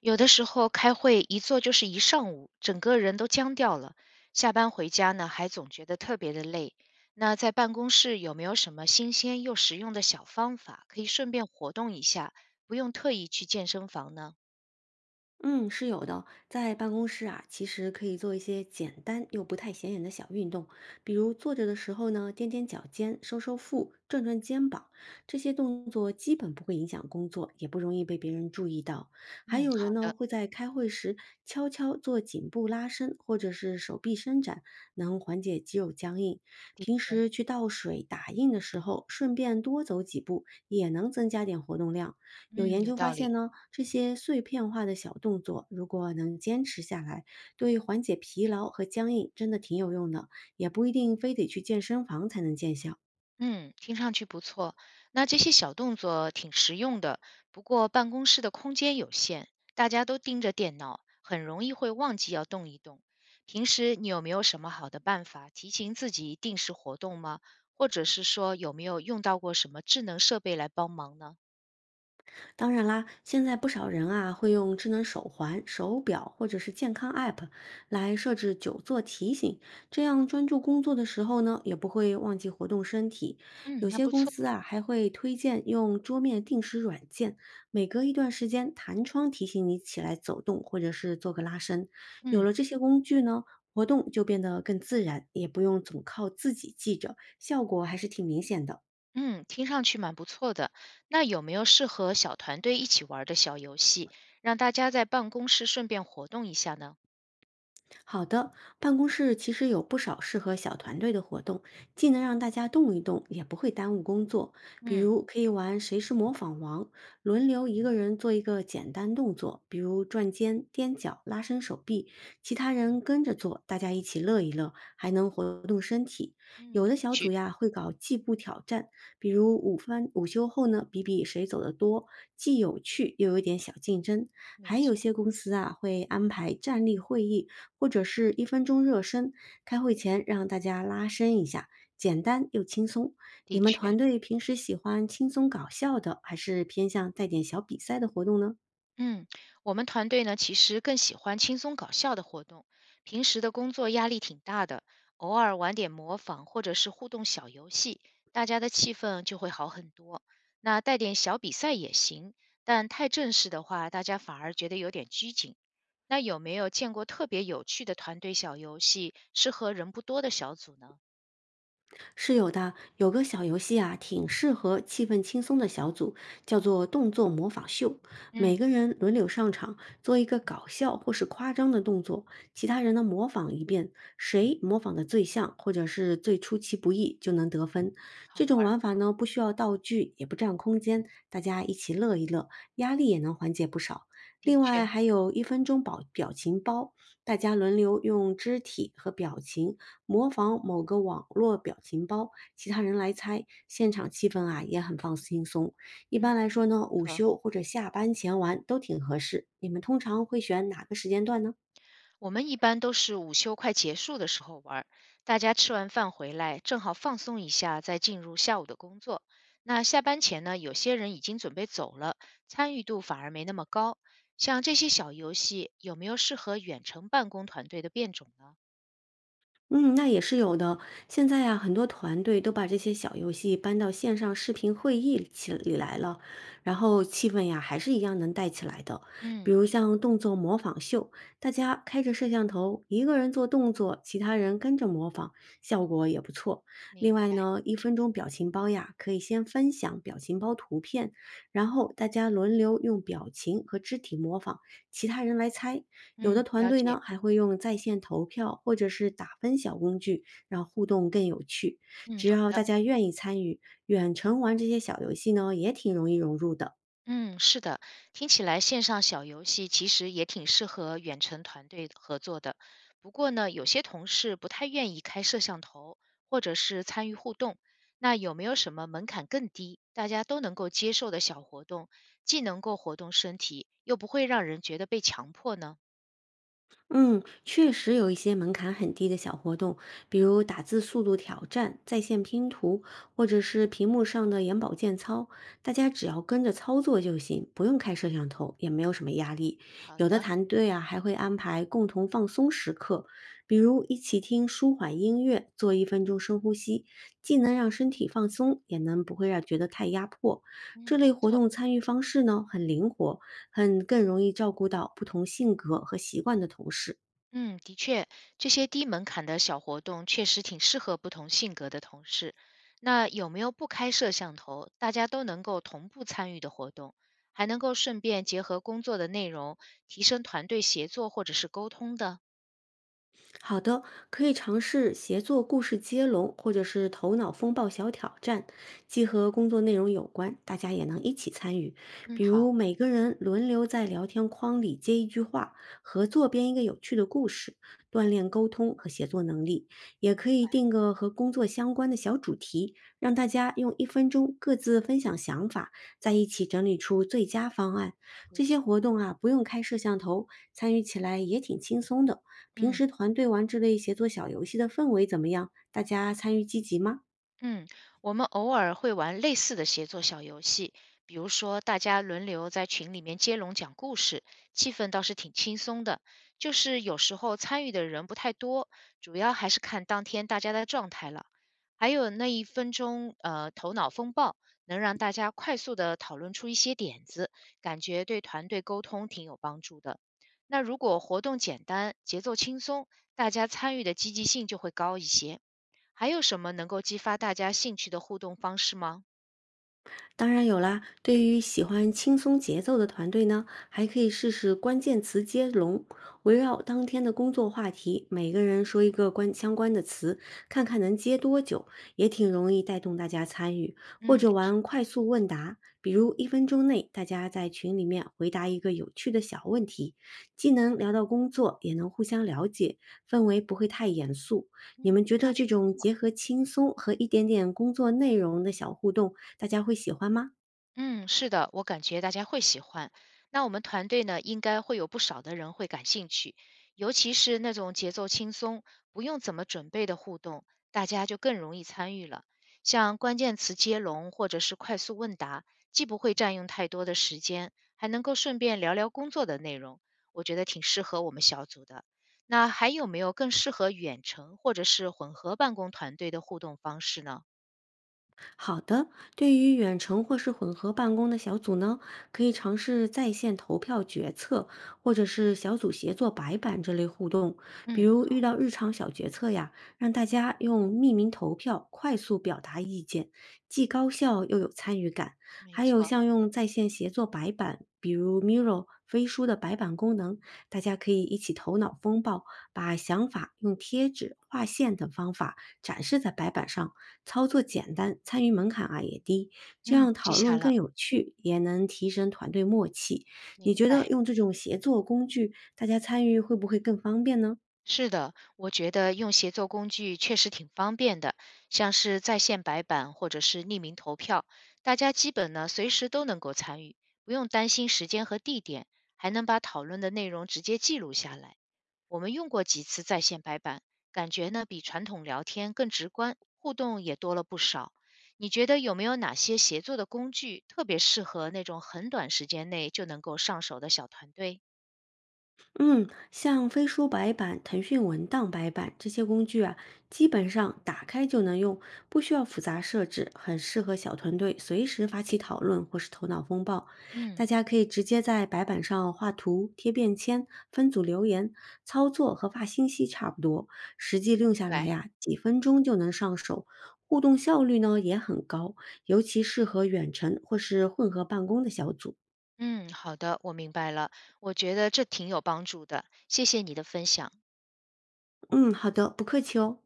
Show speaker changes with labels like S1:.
S1: 有的时候开会一坐就是1上午，整个人都僵掉了。下班回家呢，还总觉得特别的累。那在办公室有没有什么新鲜又实用的小方法，可以顺便活动一下，不用特意去健身房呢？
S2: 嗯，是有的。在办公室啊，其实可以做一些简单又不太显眼的小运动，比如坐着的时候呢，踮踮脚尖、收收腹、转转肩膀，这些动作基本不会影响工作，也不容易被别人注意到。还
S1: 嗯，
S2: 有人
S1: 好
S2: 呢，
S1: 的，
S2: 会在开会时悄悄做颈部拉伸或者是手臂伸展，能缓解肌肉僵硬。
S1: 的
S2: 平时去倒水、打印的时候，顺便多走几步，也能增加点活动量。有
S1: 嗯，
S2: 研
S1: 有
S2: 究发
S1: 道
S2: 现
S1: 理。
S2: 呢，这些碎片化的小动作，如果能坚持下来，对缓解疲劳和僵硬真的挺有用的，也不一定非得去健身房才能见效。
S1: 嗯，听上去不错。那这些小动作挺实用的，不过办公室的空间有限，大家都盯着电脑，很容易会忘记要动一动。平时你有没有什么好的办法提醒自己定时活动吗？或者是说有没有用到过什么智能设备来帮忙呢？
S2: 当然啦，现在不少人啊会用智能手环、手表或者是健康 App 来设置久坐提醒，这样专注工作的时候呢，也不会忘记活动身体。
S1: 嗯，
S2: 有
S1: 那
S2: 些
S1: 不
S2: 公
S1: 错。
S2: 司啊还会推荐用桌面定时软件，每隔一段时间弹窗提醒你起来走动或者是做个拉伸。有
S1: 嗯
S2: 了这些工具呢，活动就变得更自然，也不用总靠自己记着，效果还是挺明显的。
S1: 嗯，听上去蛮不错的。那有没有适合小团队一起玩儿的小游戏，让大家在办公室顺便活动一下呢？
S2: 好的，办公室其实有不少适合小团队的活动，既能让大家动一动，也不会耽误工作。比
S1: 嗯
S2: 如可以玩谁是模仿王，轮流一个人做一个简单动作，比如转肩、踮脚、拉伸手臂，其他人跟着做，大家一起乐一乐，还能活动身体。
S1: 嗯，
S2: 有的
S1: 有
S2: 小组
S1: 趣，
S2: 呀会搞计步挑战，比如午饭午休后呢，比比谁走得多，既有趣又有点小竞争。
S1: 没
S2: 还有
S1: 错。
S2: 些公司啊会安排站立会议或者是一分钟热身，开会前让大家拉伸一下，简单又轻松。
S1: 的
S2: 你们
S1: 确，
S2: 团队平时喜欢轻松搞笑的，还是偏向带点小比赛的活动呢？
S1: 嗯，我们团队呢其实更喜欢轻松搞笑的活动，平时的工作压力挺大的，偶尔玩点模仿或者是互动小游戏，大家的气氛就会好很多。那带点小比赛也行，但太正式的话，大家反而觉得有点拘谨。那有没有见过特别有趣的团队小游戏，适合人不多的小组呢？
S2: 是有的，有个小游戏啊，挺适合气氛轻松的小组，叫做动作模仿秀。每
S1: 嗯，
S2: 个人轮流上场，做一个搞笑或是夸张的动作，其他人呢模仿一遍，谁模仿的最像或者是最出其不意，就能得分。
S1: 好
S2: 这
S1: 玩
S2: 种
S1: 儿
S2: 玩法呢，不需要道具，也不占空间，大家一起乐一乐，压力也能缓解不少。
S1: 的
S2: 另外
S1: 确，
S2: 还有一分钟保表情包，大家轮流用肢体和表情模仿某个网络表情包，其他人来猜，现场气氛啊也很放轻松。一
S1: 嗯，
S2: 般来说呢，午
S1: 好。
S2: 休或者下班前玩都挺合适。你们通常会选哪个时间段呢？
S1: 我们一般都是午休快结束的时候玩儿，大家吃完饭回来，正好放松一下，再进入下午的工作。那下班前呢，有些人已经准备走了，参与度反而没那么高。像这些小游戏，有没有适合远程办公团队的变种呢？
S2: 嗯，那也是有的。现在呀，很多团队都把这些小游戏搬到线上视频会议起里来了，然后气氛呀还是一样能带起来的。比
S1: 嗯，
S2: 如
S1: 是的，
S2: 像动作模仿秀，大家开着摄像头，一个人做动作，其他人跟着模仿，效果也不错。另
S1: 明
S2: 外
S1: 白
S2: 呢，一分钟表情包呀，可以先分享表情包图片，然后大家轮流用表情和肢体模仿，其他人来猜。有的
S1: 嗯
S2: 团
S1: 了
S2: 队
S1: 解，
S2: 呢还会用在线投票或者是打分小工具，让互动更有趣。
S1: 嗯，
S2: 只
S1: 好
S2: 要大
S1: 的。
S2: 家愿意参与，远程玩这些小游戏呢，也挺容易融入的。
S1: 嗯，是的，听起来线上小游戏其实也挺适合远程团队合作的。不过呢，有些同事不太愿意开摄像头，或者是参与互动。那有没有什么门槛更低，大家都能够接受的小活动，既能够活动身体，又不会让人觉得被强迫呢？
S2: 嗯，确实有一些门槛很低的小活动，比如打字速度挑战、在线拼图，或者是屏幕上的眼保健操，大家只要跟着操作就行，不用开摄像头，也没有什么压力。
S1: 好
S2: 有的
S1: 的，
S2: 团队啊，还会安排共同放松时刻，比如一起听舒缓音乐，做一分钟深呼吸，既能让身体放松，也能不会让觉得太压迫。这
S1: 嗯，不
S2: 类活
S1: 错。
S2: 动参与方式呢，很灵活。很更容易照顾到不同性格和习惯的同事。
S1: 嗯，的确，这些低门槛的小活动确实挺适合不同性格的同事。那有没有不开摄像头，大家都能够同步参与的活动，还能够顺便结合工作的内容，提升团队协作或者是沟通的？
S2: 好的，可以尝试协作故事接龙，或者是头脑风暴小挑战，既和工作内容有关，大家也能一起参与。
S1: 嗯，
S2: 比
S1: 好，
S2: 如每个人轮流在聊天框里接一句话，合作编一个有趣的故事，锻炼沟通和协作能力。也可
S1: 你
S2: 以定个和工作相关的小主题，让大家用一分钟各自分享想法，在一起整理出最佳方案。
S1: 不
S2: 这些
S1: 错，
S2: 活动啊，不用开摄像头，参与起来也挺轻松的。平
S1: 嗯。
S2: 时团队玩这类协作小游戏的氛围怎么样？大家参与积极吗？
S1: 嗯，我们偶尔会玩类似的协作小游戏，比如说大家轮流在群里面接龙讲故事，气氛倒是挺轻松的。就是有时候参与的人不太多，主要还是看当天大家的状态了。还有那1分钟，头脑风暴能让大家快速的讨论出一些点子，感觉对团队沟通挺有帮助的。那如果活动简单，节奏轻松，大家参与的积极性就会高一些。还有什么能够激发大家兴趣的互动方式吗？
S2: 当然有啦，对于喜欢轻松节奏的团队呢，还可以试试关键词接龙，围绕当天的工作话题，每个人说一个关相关的词，看看能接多久，也挺容易带动大家参与。或
S1: 嗯，
S2: 者
S1: 是
S2: 玩
S1: 的，
S2: 快速问答，比如一分钟内大家在群里面回答一个有趣的小问题，既能聊到工作，也能互相了解，氛围不会太严肃。你们
S1: 嗯，
S2: 觉
S1: 听
S2: 得
S1: 上
S2: 这
S1: 去不
S2: 种
S1: 错。
S2: 结合轻松和一点点工作内容的小互动？大家会喜欢吗？
S1: 嗯，是的，我感觉大家会喜欢。那我们团队呢，应该会有不少的人会感兴趣，尤其是那种节奏轻松、不用怎么准备的互动，大家就更容易参与了。像关键词接龙或者是快速问答，既不会占用太多的时间，还能够顺便聊聊工作的内容，我觉得挺适合我们小组的。那还有没有更适合远程或者是混合办公团队的互动方式呢？
S2: 好的，对于远程或是混合办公的小组呢，可以尝试在线投票决策，或者是小组协作白板这类互动。比
S1: 嗯，
S2: 如遇到日常小决策呀，让大家用匿名投票快速表达意见，既高效又有参与感。
S1: 没
S2: 还有
S1: 错，
S2: 像用在线协作白板，比如 Miro。飞书的白板功能，大家可以一起头脑风暴，把想法用贴纸、画线等方法展示在白板上，操作简单，参与门槛啊也低，这
S1: 嗯，
S2: 样
S1: 记
S2: 讨
S1: 下
S2: 论
S1: 了，
S2: 更有趣，也能提升团队默契。你
S1: 明
S2: 觉
S1: 白。
S2: 得用这种协作工具，大家参与会不会更方便呢？
S1: 是的，我觉得用协作工具确实挺方便的，像是在线白板或者是匿名投票，大家基本呢随时都能够参与，不用担心时间和地点，还能把讨论的内容直接记录下来。我们用过几次在线白板，感觉呢比传统聊天更直观，互动也多了不少。你觉得有没有哪些协作的工具特别适合那种很短时间内就能够上手的小团队？
S2: 嗯，像飞书白板、腾讯文档白板这些工具啊，基本上打开就能用，不需要复杂设置，很适合小团队随时发起讨论或是头脑风暴。大
S1: 嗯，
S2: 家可以直接在白板上画图、贴便签、分组留言，操作和发信息差不多，实际用下来
S1: 对。
S2: 呀，几分钟就能上手，互动效率呢也很高，尤其适合远程或是混合办公的小组。
S1: 嗯，好的，我明白了，我觉得这挺有帮助的，谢谢你的分享。
S2: 嗯，好的，不客气哦。